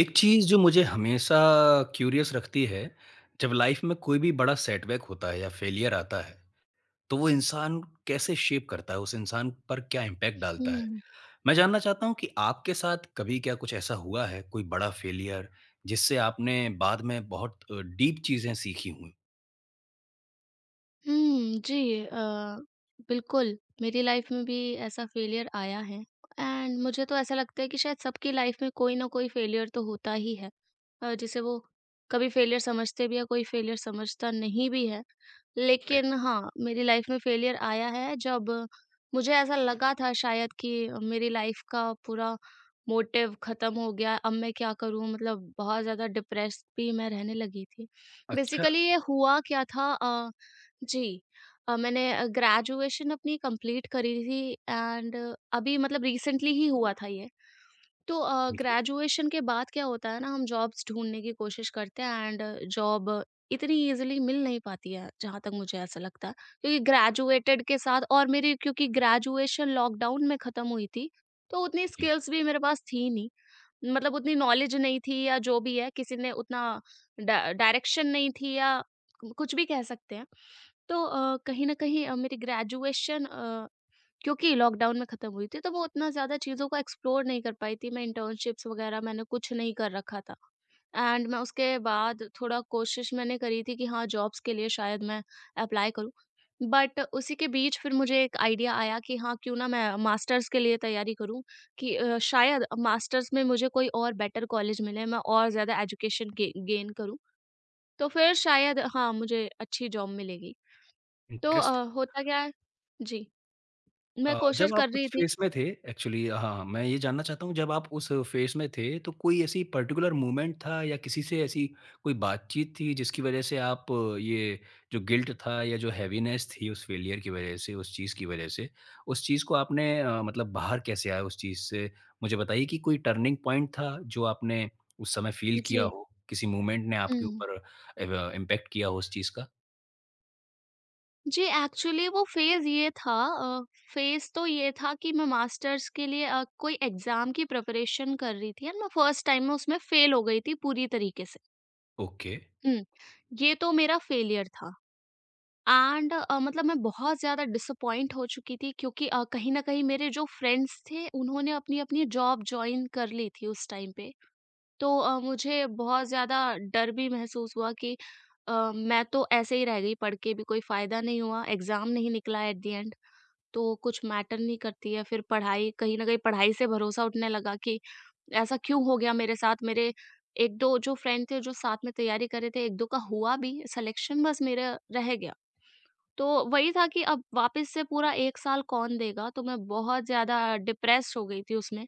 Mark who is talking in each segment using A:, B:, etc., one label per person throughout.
A: एक चीज़ जो मुझे हमेशा क्यूरियस रखती है, जब लाइफ में कोई भी बड़ा सेटबैक होता है या फेलियर आता है, तो वो इंसान कैसे शेप करता है, उस इंसान पर क्या इम्पैक्ट डालता है?
B: हुँ।
A: मैं जानना चाहता हूँ कि आपके साथ कभी क्या कुछ ऐसा हुआ है, कोई बड़ा फेलियर, जिससे आपने बाद में बहुत डीप चीज़ें सीखी हों?
B: हुँ, जी बिल्कुल, मेरी लाइफ़ में भी ऐसा फेलियर आया है एंड मुझे तो ऐसा लगता है कि शायद सबकी लाइफ़ में कोई ना कोई फेलियर तो होता ही है। जिसे वो कभी फेलियर समझते भी है, कोई फेलियर समझता नहीं भी है।
A: अरे!
B: लेकिन हाँ, मेरी लाइफ़ में फेलियर आया है जब मुझे ऐसा लगा था शायद कि मेरी लाइफ़ का पूरा मोटिव ख़त्म हो गया, अब मैं क्या करूँ? मतलब बहुत ज़्यादा डिप्रेस्ड भी मैं रहने लगी थी।
A: अच्छा,
B: बेसिकली ये हुआ क्या था जी मैंने ग्रेजुएशन अपनी कंप्लीट करी थी एंड अभी मतलब रिसेंटली ही हुआ था ये। तो
A: ठीक है।
B: ग्रेजुएशन के बाद क्या होता है ना हम जॉब्स ढूँढने की कोशिश करते हैं एंड जॉब इतनी ईज़िली मिल नहीं पाती है, जहाँ तक मुझे ऐसा लगता है। क्योंकि ग्रेजुएटेड के साथ और मेरी क्योंकि ग्रेजुएशन लॉकडाउन में ख़त्म हुई थी, तो उतनी
A: जी,
B: स्किल्स भी मेरे पास थी नहीं। मतलब उतनी नॉलेज नहीं थी या जो भी है, किसी ने उतना डा डायरेक्शन नहीं थी या कुछ भी कह सकते हैं। तो कहीं न कहीं मेरी ग्रेजुएशन क्योंकि लॉकडाउन में ख़त्म हुई थी, तो वो उतना ज़्यादा चीज़ों को एक्सप्लोर नहीं कर पाई थी, मैं इंटर्नशिप्स वग़ैरह मैंने कुछ नहीं कर रखा था। एंड मैं उसके बाद थोड़ा कोशिश मैंने करी थी कि हाँ, जॉब्स के लिए शायद मैं अप्लाई करूँ। बट उसी के बीच फिर मुझे एक आइडिया आया कि हाँ, क्यों ना मैं मास्टर्स के लिए तैयारी करूँ कि शायद मास्टर्स में मुझे कोई और बेटर कॉलेज मिले, मैं और ज़्यादा एजुकेशन गे गेन करूँ, तो फिर शायद हाँ, मुझे अच्छी जॉब मिलेगी। तो
A: इंटरेस्टिंग।
B: होता क्या है जी, मैं कोशिश
A: जब आप
B: कर रही
A: उस
B: थी
A: फ़ेज़ में थे एक्चुअली हाँ, मैं ये जानना चाहता हूँ जब आप उस फ़ेज़ में थे तो कोई ऐसी पर्टिकुलर मोमेंट था या किसी से ऐसी कोई बातचीत थी जिसकी वज़ह से आप ये जो गिल्ट था या जो हैवीनेस थी उस फ़ेलियर की वज़ह से, उस चीज़ की वज़ह से, उस चीज़ को आपने मतलब बाहर कैसे आए उस चीज़ से? मुझे बताइए कि कोई टर्निंग पॉइंट था जो आपने उस समय फ़ील किया
B: जी।
A: हो? किसी मूवमेंट ने आपके
B: हुँ।
A: ऊपर एव इम्पैक्ट किया हो उस चीज़ का?
B: जी, एक्चुअली वो फ़ेज़ ये था फ़ेज़ तो ये था कि मैं मास्टर्स के लिए कोई एग्ज़ाम की प्रिपरेशन कर रही थी एंड मैं फर्स्ट टाइम में उसमें फ़ेल हो गई थी पूरी तरीके से।
A: ओके।
B: हुँ, ये तो मेरा फ़ेलियर था एंड मतलब मैं बहुत ज़्यादा डिसअपॉइंट हो चुकी थी क्योंकि कहीं न कहीं मेरे जो फ्रेंड्स थे, उन्होंने अपनी-अपनी जॉब जॉइन कर ली थी उस टाइम पे। तो मुझे बहुत ज़्यादा डर भी महसूस हुआ कि मैं तो ऐसे ही रह गई पढ़ के भी कोई फ़ायदा नहीं हुआ, एग्ज़ाम नहीं निकला एट द एंड, तो कुछ मैटर नहीं करती है। फिर पढ़ाई कहीं न कहीं पढ़ाई से भरोसा उठने लगा कि ऐसा क्यों हो गया मेरे साथ? मेरे 1-2 जो फ्रेंड थे जो साथ में तैयारी कर रहे थे, 1-2 का हुआ भी सिलेक्शन बस मेरा रह गया। तो वही था कि अब वापस से पूरा 1 साल कौन देगा, तो मैं बहुत ज़्यादा डिप्रेस्ड हो गई थी उसमें।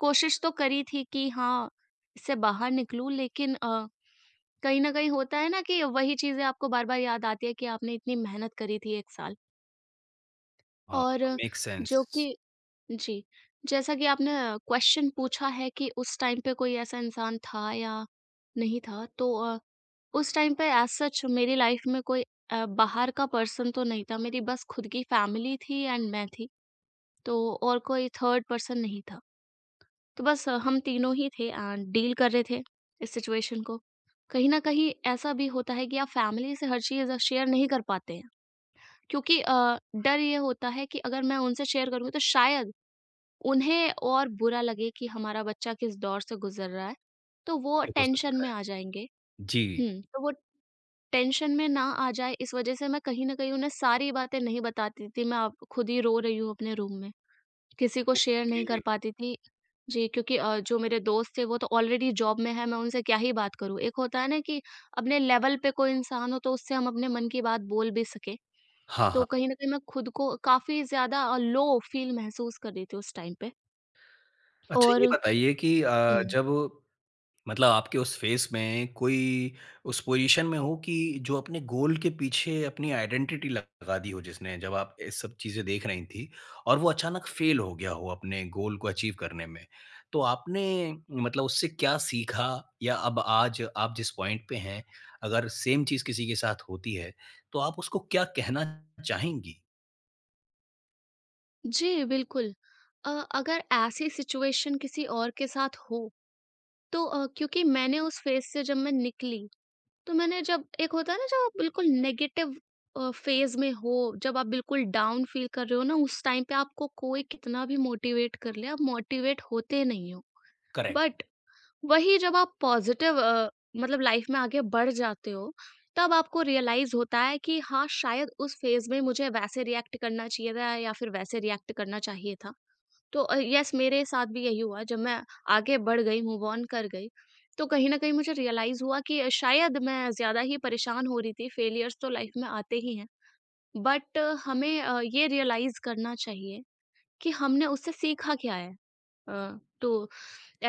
B: कोशिश तो करी थी कि हाँ, इससे बाहर निकलूँ लेकिन कहीं न कहीं होता है ना कि वही चीज़ें आपको बार-बार याद आती है कि आपने इतनी मेहनत करी थी 1 साल।
A: हाँ,
B: और
A: मेक्स
B: जो
A: सेंस।
B: कि जी, जैसा कि आपने क्वेश्चन पूछा है कि उस टाइम पे कोई ऐसा इंसान था या नहीं था, तो उस टाइम पे एज़ सच मेरी लाइफ़ में कोई बाहर का पर्सन तो नहीं था, मेरी बस खुद की फैमिली थी एंड मैं थी, तो और कोई थर्ड पर्सन नहीं था। तो बस हम तीनों ही थे एंड डील कर रहे थे इस सिचुएशन को। कहीं न कहीं ऐसा भी होता है कि आप फैमिली से हर चीज़ शेयर नहीं कर पाते हैं क्योंकि डर ये होता है कि अगर मैं उनसे शेयर करूँगी तो शायद उन्हें और बुरा लगे कि हमारा बच्चा किस दौर से गुज़र रहा है, तो वो
A: ये हो
B: टेंशन
A: सकता
B: में
A: है।
B: आ जाएँगे।
A: जी।
B: हुँ, तो वो टेंशन में ना आ जाए इस वजह से मैं कहीं न कहीं उन्हें सारी बातें नहीं बताती थी, मैं आप खुद ही रो रही हूँ अपने रूम में। किसी को शेयर
A: ओके।
B: नहीं कर पाती थी। जी, क्योंकि जो मेरे दोस्त थे वो तो ऑलरेडी जॉब में हैं, मैं उनसे क्या ही बात करूँ? एक होता है ना कि अपने लेवल पे कोई इंसान हो तो उससे हम अपने मन की बात बोल भी सकें।
A: हाँ,
B: तो
A: हाँ।
B: कहीं न कहीं मैं खुद को काफ़ी ज़्यादा लो फ़ील महसूस कर रही थी उस टाइम पे
A: अच्छा ये
B: और
A: बताइए कि
B: हुँ।
A: जब मतलब आपके उस फ़ेज़ में कोई उस पोज़ीशन में हो कि जो अपने गोल के पीछे अपनी आइडेंटिटी लगा दी हो जिसने, जब आप ये सब चीज़ें देख रही थीं और वो अचानक फ़ेल हो गया हो अपने गोल को अचीव करने में। तो आपने मतलब उससे क्या सीखा या अब आज आप जिस पॉइंट पे हैं, अगर सेम चीज़ किसी के साथ होती है, तो आप उसको क्या कहना चाहेंगी?
B: जी, बिल्कुल। अ, अगर ऐसी सिचुएशन किसी और के साथ हो तो क्योंकि मैंने उस फ़ेज़ से जब मैं निकली, तो मैंने जब एक होता है ना जब आप बिल्कुल नेगेटिव फ़ेज़ में हो, जब आप बिल्कुल डाउन फ़ील कर रहे हो ना उस टाइम पे आपको कोई कितना भी मोटिवेट कर ले, आप मोटिवेट होते नहीं हो।
A: करेक्ट,
B: बट वही जब आप पॉज़िटिव मतलब लाइफ़ में आगे बढ़ जाते हो, तब आपको रियलाइज़ होता है कि हाँ, शायद उस फ़ेज़ में मुझे वैसे रिएक्ट करना चाहिए था या फिर वैसे रिएक्ट करना चाहिए था। तो यस मेरे साथ भी यही हुआ जब मैं आगे बढ़ गई, मूव ऑन कर गई, तो कहीं न कहीं मुझे रियलाइज़ हुआ कि शायद मैं ज़्यादा ही परेशान हो रही थी, फेलियर्स तो लाइफ़ में आते ही हैं। बट हमें ये रियलाइज़ करना चाहिए कि हमने उससे सीखा क्या है टू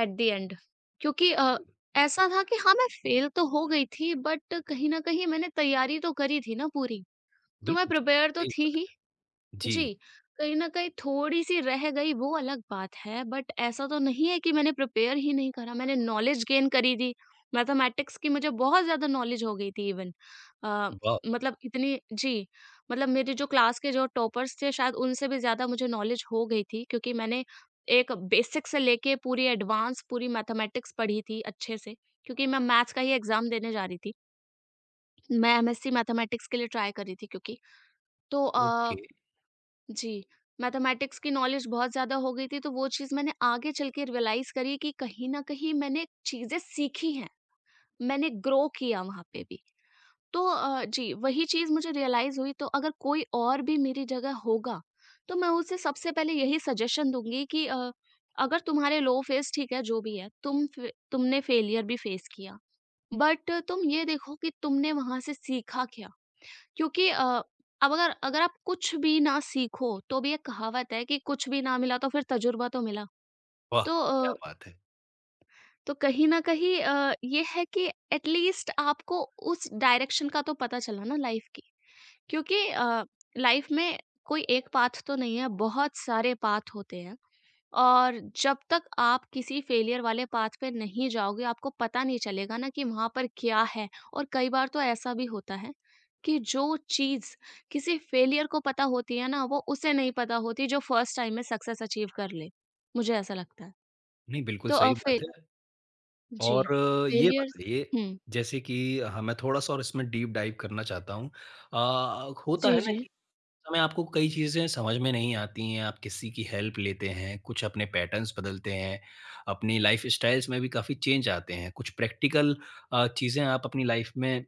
B: एट द एंड क्योंकि ऐसा था कि हाँ, मैं फेल तो हो गई थी बट कहीं न कहीं मैंने तैयारी तो करी थी ना पूरी, तो मैं
A: बिल्कुल।
B: प्रिपेयर तो
A: सही
B: थी
A: बात।
B: ही।
A: जी,
B: जी, कहीं न कहीं थोड़ी-सी रह गई वो अलग बात है, बट ऐसा तो नहीं है कि मैंने प्रिपेयर ही नहीं करा, मैंने नॉलेज गेन करी थी। मैथमेटिक्स की मुझे बहुत ज़्यादा नॉलेज हो गई थी इवन अ,
A: वाह!
B: मतलब इतनी जी, मतलब मेरे जो क्लास के जो टॉपर्स थे शायद उनसे भी ज़्यादा मुझे नॉलेज हो गई थी क्योंकि मैंने एक बेसिक से लेके पूरी एडवांस पूरी मैथमेटिक्स पढ़ी थी अच्छे से, क्योंकि मैं मैथ्स का ही एग्ज़ाम देने जा रही थी। मैं एमएससी मैथमेटिक्स के लिए ट्राई कर रही थी क्योंकि। तो
A: ओके।
B: जी, मैथमेटिक्स की नॉलेज बहुत ज़्यादा हो गई थी, तो वो चीज़ मैंने आगे चल के रियलाइज़ करी कि कहीं न कहीं मैंने चीज़ें सीखी हैं, मैंने ग्रो किया वहाँ पे भी। तो जी, वही चीज़ मुझे रियलाइज़ हुई तो अगर कोई और भी मेरी जगह होगा, तो मैं उसे सबसे पहले यही सजेशन दूँगी कि अगर तुम्हारे लो फ़ेज़ ठीक है, जो भी है, तुमने फेलियर भी फ़ेस किया, बट तुम ये देखो कि तुमने वहाँ से सीखा क्या? क्योंकि अब अगर अगर आप कुछ भी ना सीखो, तो भी एक कहावत है कि कुछ भी ना मिला तो फिर तजुर्बा तो मिला।
A: वाह!
B: तो
A: क्या बात है।
B: तो कहीं न कहीं ये है कि एट लीस्ट आपको उस डायरेक्शन का तो पता चला ना लाइफ़ की। क्योंकि लाइफ़ में कोई एक पाथ तो नहीं है, बहुत सारे पाथ होते हैं। और जब तक आप किसी फेलियर वाले पाथ पे नहीं जाओगे, आपको पता नहीं चलेगा ना कि वहाँ पर क्या है और कई बार तो ऐसा भी होता है कि जो चीज़ किसी फेलियर को पता होती है ना, वो उसे नहीं पता होती जो फर्स्ट टाइम में सक्सेस अचीव कर ले। मुझे ऐसा लगता है।
A: नहीं, बिल्कुल
B: तो अ,
A: सही
B: फे
A: बात है
B: जी,
A: और ये
B: फेलियर्स
A: बताइए,
B: हुँ।
A: जैसे कि हाँ, मैं थोड़ा-सा और इसमें डीप डाइव करना चाहता हूँ। होता
B: जी,
A: है ना
B: जी।
A: कि समय आपको कई चीज़ें समझ में नहीं आती हैं, आप किसी की हेल्प लेते हैं, कुछ अपने पैटर्न्स बदलते हैं, अपनी लाइफ़स्टाइल्स में भी काफ़ी चेंज आते हैं, कुछ प्रैक्टिकल चीज़ें आप अपनी लाइफ़ में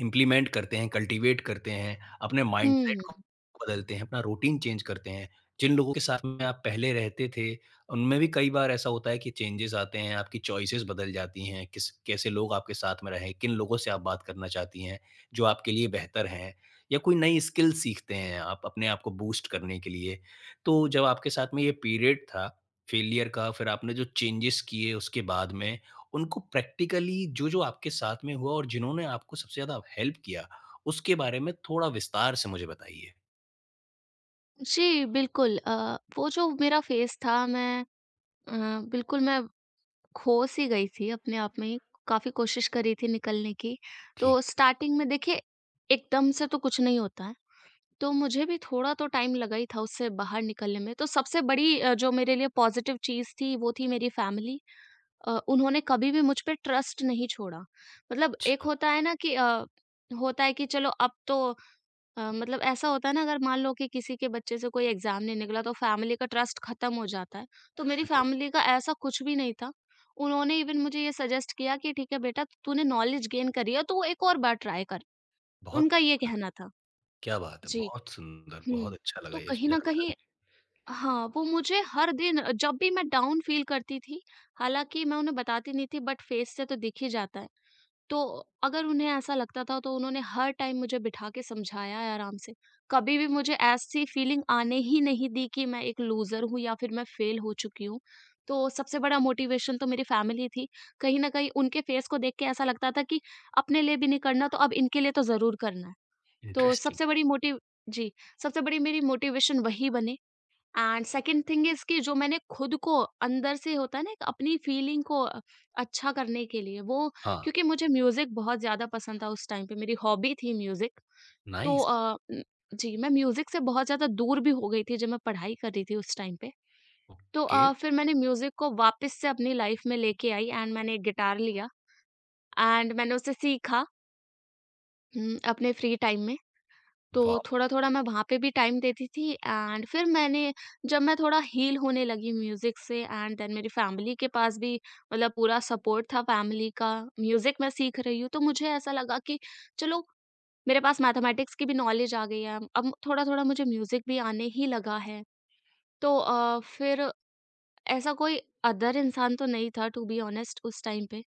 A: इम्प्लीमेंट करते हैं, कल्टीवेट करते हैं, अपने माइंडसेट को
B: हुँ,
A: बदलते हैं, अपना रूटीन चेंज करते हैं। जिन लोगों के साथ में आप पहले रहते थे, उनमें भी कई बार ऐसा होता है कि चेंजेस आते हैं, आपकी चॉइसेस बदल जाती हैं, किस कैसे लोग आपके साथ में रहें, किन लोगों से आप बात करना चाहती हैं, जो आपके लिए बेहतर हैं या कोई नई स्किल सीखते हैं आप अपने आप को बूस्ट करने के लिए। तो जब आपके साथ में ये पीरियड था, फेलियर का, फिर आपने जो चेंजेस किए उसके बाद में उनको प्रैक्टिकली जो-जो आपके साथ में हुआ और जिन्होंने आपको सबसे ज़्यादा हेल्प किया, उसके बारे में थोड़ा विस्तार से मुझे बताइए।
B: जी, बिल्कुल वो जो मेरा फ़ेज़ था मैं अ, बिल्कुल मैं खो-सी गई थी अपने आप में ही, काफ़ी कोशिश करी थी निकलने की। तो
A: ठीक है,
B: स्टार्टिंग में देखिए, एकदम से तो कुछ नहीं होता है, तो मुझे भी थोड़ा तो टाइम लगा ही था उससे बाहर निकलने में। तो सबसे बड़ी जो मेरे लिए पॉज़िटिव चीज़ थी, वो थी मेरी फ़ैमिली। उन्होंने कभी भी मुझ पे ट्रस्ट नहीं छोड़ा। मतलब एक
A: अच्छा,
B: होता है ना कि होता है कि चलो अब तो मतलब ऐसा होता है ना अगर मान लो कि किसी के बच्चे से कोई एग्ज़ाम नहीं निकला तो फैमिली का ट्रस्ट ख़त्म हो जाता है। तो मेरी
A: बिल्कुल,
B: फैमिली का ऐसा कुछ भी नहीं था। उन्होंने इवन मुझे ये सजेस्ट किया कि ठीक है बेटा तूने नॉलेज गेन करी है तो एक और बार ट्राई कर।
A: बहुत
B: उनका
A: अच्छी
B: ये
A: बात है,
B: कहना था।
A: क्या बात है!
B: जी।
A: बहुत सुंदर, बहुत
B: हुँ,
A: अच्छा लगा
B: तो
A: ये
B: कहीं न
A: जानकर
B: कहीं
A: मुझे।
B: हाँ, वो मुझे हर दिन जब भी मैं डाउन फ़ील करती थी, हालाँकि मैं उन्हें बताती नहीं थी बट फेस से तो दिख ही जाता है। तो अगर उन्हें ऐसा लगता था तो उन्होंने हर टाइम मुझे बिठा के समझाया है आराम से। कभी भी मुझे ऐसी फीलिंग आने ही नहीं दी कि मैं एक लूज़र हूँ या फिर मैं फ़ेल हो चुकी हूँ। तो सबसे बड़ा मोटिवेशन तो मेरी फ़ैमिली थी। कहीं न कहीं उनके फ़ेस को देख के ऐसा लगता था कि अपने लिए भी नहीं करना तो अब इनके लिए तो ज़रूर करना है। तो
A: इंटरेस्टिंग
B: सबसे बड़ी मोटिव जी, सबसे बड़ी मेरी मोटिवेशन वही बने एंड सेकंड थिंग इज़ कि जो मैंने खुद को अंदर से होता है ना एक अपनी फीलिंग को अच्छा करने के लिए वो
A: हाँ,
B: क्योंकि मुझे म्यूज़िक बहुत ज़्यादा पसंद था उस टाइम पे, मेरी हॉबी थी म्यूज़िक। तो
A: नाइस,
B: जी, मैं म्यूज़िक से बहुत ज़्यादा दूर भी हो गई थी जब मैं पढ़ाई कर रही थी उस टाइम पे। तो
A: ओके,
B: फिर मैंने म्यूज़िक को वापस से अपनी लाइफ़ में लेके आई एंड मैंने एक गिटार लिया एंड मैंने उसे सीखा अपने फ्री टाइम में। तो
A: वाह!
B: थोड़ा-थोड़ा मैं वहाँ पे भी टाइम देती थी एंड फिर मैंने जब मैं थोड़ा हील होने लगी म्यूज़िक से एंड देन मेरी फैमिली के पास भी मतलब पूरा सपोर्ट था फैमिली का, म्यूज़िक मैं सीख रही हूँ, तो मुझे ऐसा लगा कि चलो, मेरे पास मैथमेटिक्स की भी नॉलेज आ गई है, अब थोड़ा-थोड़ा मुझे म्यूज़िक भी आने ही लगा है। तो फिर ऐसा कोई अदर इंसान तो नहीं था, टू बी ऑनेस्ट, उस टाइम पे।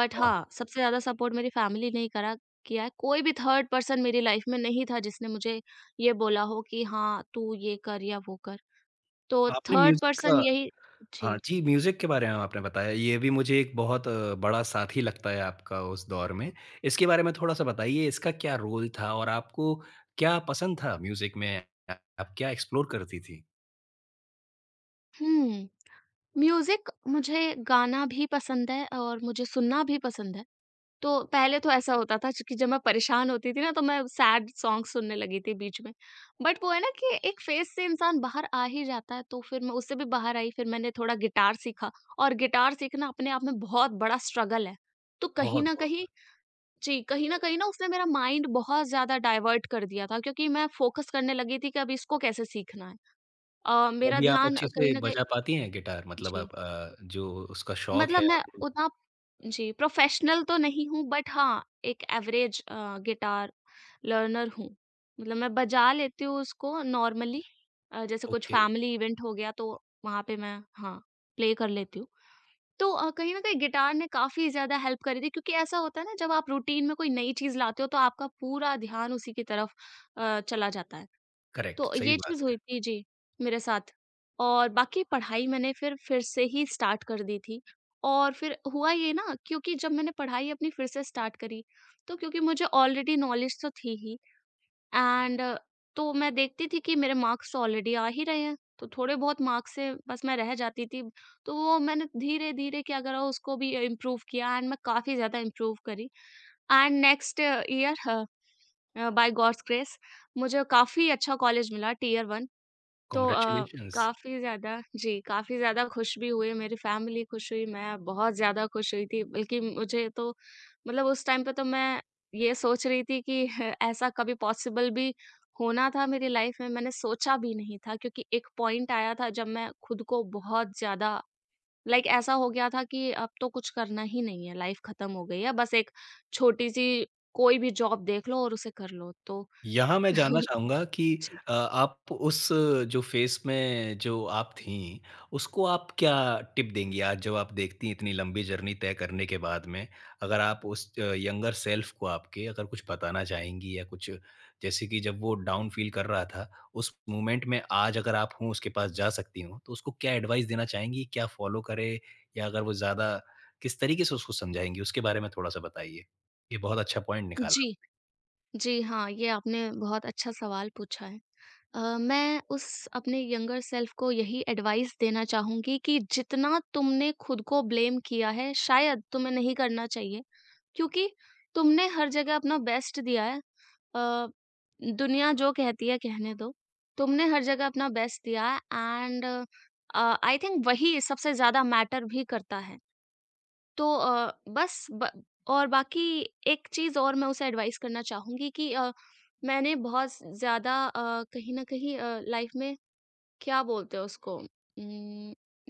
B: बट
A: हाँ,
B: हाँ, सबसे ज़्यादा सपोर्ट मेरी फैमिली ने ही करा किया है। कोई भी थर्ड पर्सन मेरी लाइफ में नहीं था जिसने मुझे ये बोला हो कि हाँ, तू ये कर या वो कर। तो
A: आपने
B: थर्ड
A: म्यूज़िक
B: पर्सन
A: का
B: यही। जी।
A: हाँ जी, म्यूज़िक के बारे में आपने बताया, ये भी मुझे एक बहुत बड़ा साथी लगता है आपका उस दौर में। इसके बारे में थोड़ा-सा बताइए, इसका क्या रोल था और आपको क्या पसंद था म्यूज़िक में? अ, आप क्या एक्सप्लोर करती थीं?
B: हुँ, म्यूज़िक मुझे गाना भी पसंद है और मुझे सुनना भी पसंद है। तो पहले तो ऐसा होता था क्योंकि जब मैं परेशान होती थी ना, तो मैं सैड सॉन्ग सुनने लगी थी बीच में। बट वो है ना कि एक फ़ेज़ से इंसान बाहर आ ही जाता है, तो फिर मैं उससे भी बाहर आई, फिर मैंने थोड़ा गिटार सीखा और गिटार सीखना अपने आप में बहुत बड़ा स्ट्रगल है। तो कहीं
A: बहुत,
B: न
A: बहुत।
B: कहीं, जी, कहीं न कहीं ना उसने मेरा माइंड बहुत ज़्यादा डाइवर्ट कर दिया था, क्योंकि मैं फ़ोकस करने लगी थी कि अब इसको कैसे सीखना है।
A: तो
B: मेरा
A: अभी आप
B: ध्यान
A: अच्छे से
B: कहीं न कहीं।
A: बजा पाती हैं गिटार? मतलब
B: जी।
A: आप जो उसका शौक
B: मतलब
A: है
B: मैं
A: आपको
B: उतना, जी, प्रोफ़ेशनल तो नहीं हूँ, बट हाँ, एक एवरेज गिटार लर्नर हूँ। मतलब मैं बजा लेती हूँ उसको नॉर्मली, जैसे कुछ
A: ओके,
B: फैमिली इवेंट हो गया, तो वहाँ पे मैं, हाँ, प्ले कर लेती हूँ। तो कहीं न कहीं गिटार ने काफ़ी ज़्यादा हेल्प करी थी, क्योंकि ऐसा होता है ना, जब आप रूटीन में कोई नई चीज़ लाते हो, तो आपका पूरा ध्यान उसी की तरफ चला जाता है।
A: करेक्ट,
B: तो
A: सही
B: ये
A: बात
B: चीज़ हुई
A: है।
B: थी, जी, मेरे साथ। और बाकी पढ़ाई मैंने फिर से ही स्टार्ट कर दी थी, और फिर हुआ ये ना, क्योंकि जब मैंने पढ़ाई अपनी फिर से स्टार्ट करी, तो क्योंकि मुझे ऑलरेडी नॉलेज तो थी ही, एंड तो मैं देखती थी कि मेरे मार्क्स तो ऑलरेडी आ ही रहे हैं, तो थोड़े बहुत मार्क्स से बस मैं रह जाती थी। तो वो मैंने धीरे-धीरे क्या करा, उसको भी इम्प्रूव किया एंड मैं काफ़ी ज़्यादा इम्प्रूव करी, and next year, by God's grace, मुझे काफ़ी अच्छा कॉलेज मिला, टियर 1। तो
A: कांग्रेचुलेशंस।
B: काफ़ी ज़्यादा, जी, काफ़ी ज़्यादा खुश भी हुए, मेरी फैमिली खुश हुई, मैं बहुत ज़्यादा खुश हुई थी, बल्कि मुझे तो, मतलब उस टाइम पे तो मैं ये सोच रही थी कि ऐसा कभी पॉसिबल भी होना था मेरी लाइफ में, मैंने सोचा भी नहीं था, क्योंकि एक पॉइंट आया था जब मैं खुद को बहुत ज़्यादा, लाइक, ऐसा हो गया था कि अब तो कुछ करना ही नहीं है, लाइफ खत्म हो गई है, बस एक छोटी-सी कोई भी जॉब देख लो और उसे कर लो। तो
A: यहाँ मैं जानना चाहूँगा कि
B: जी।
A: आप उस जो फ़ेस में जो आप थीं, उसको आप क्या टिप देंगी आज जब आप देखती हैं इतनी लंबी जर्नी तय करने के बाद में, अगर आप उस यंगर सेल्फ को आपके अगर कुछ बताना चाहेंगी या कुछ जैसे कि जब वो डाउन फ़ील कर रहा था, उस मोमेंट में आज अगर आप हों उसके पास जा सकती हों, तो उसको क्या एडवाइस देना चाहेंगी? क्या फ़ॉलो करे या अगर वो ज़्यादा किस तरीके से उसको समझाएँगी? उसके बारे में थोड़ा-सा बताइए। ये बहुत अच्छा पॉइंट निकाला
B: जी।
A: आपने।
B: जी हाँ, ये आपने बहुत अच्छा सवाल पूछा है। मैं उस अपने यंगर सेल्फ को यही एडवाइस देना चाहूँगी कि जितना तुमने खुद को ब्लेम किया है, शायद तुम्हें नहीं करना चाहिए, क्योंकि तुमने हर जगह अपना बेस्ट दिया है। अ, दुनिया जो कहती है कहने दो। तुमने हर जगह अपना बेस्ट दिया है, एंड आई थिंक वही सबसे ज़्यादा मैटर भी करता है। तो बस ब और बाकी एक चीज़ और मैं उसे एडवाइस करना चाहूँगी कि मैंने बहुत ज़्यादा, कहीं न कहीं, लाइफ में, क्या बोलते हैं उसको,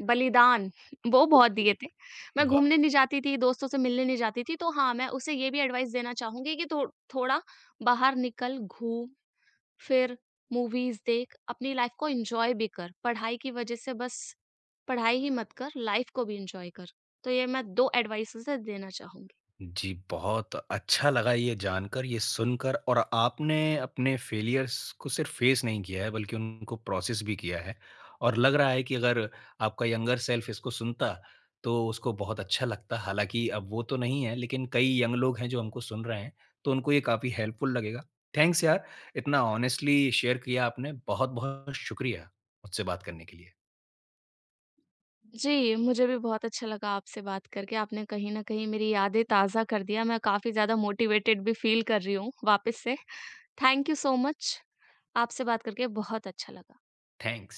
B: बलिदान, वो बहुत दिए थे। मैं घूमने
A: वाह!
B: नहीं जाती थी, दोस्तों से मिलने नहीं जाती थी, तो हाँ, मैं उसे ये भी एडवाइस देना चाहूँगी कि थो थोड़ा बाहर निकल, घूम फिर, मूवीज़ देख, अपनी लाइफ़ को एन्जॉय भी कर। पढ़ाई की वजह से बस पढ़ाई ही मत कर, लाइफ़ को भी एन्जॉय कर। तो ये मैं 2 एडवाइसेज़ है देना चाहूँगी।
A: जी, बहुत अच्छा लगा ये जानकर, ये सुनकर और आपने अपने फ़ेलियर्स को सिर्फ़ फ़ेस नहीं किया है, बल्कि उनको प्रोसेस भी किया है। और लग रहा है कि अगर आपका यंगर सेल्फ़ इसको सुनता, तो उसको बहुत अच्छा लगता। हालाँकि अब वो तो नहीं है, लेकिन कई यंग लोग हैं जो हमको सुन रहे हैं, तो उनको ये काफ़ी हेल्पफुल लगेगा। थैंक्स यार, इतना ऑनेस्टली शेयर किया आपने। बहुत-बहुत शुक्रिया मुझसे बात करने के लिए।
B: जी, मुझे भी बहुत अच्छा लगा आपसे बात करके। आपने कहीं न कहीं मेरी यादें ताज़ा कर दिया। मैं काफ़ी ज़्यादा मोटिवेटेड भी फ़ील कर रही हूँ वापस से। Thank you so much. आपसे बात करके बहुत अच्छा लगा।
A: थैंक्स।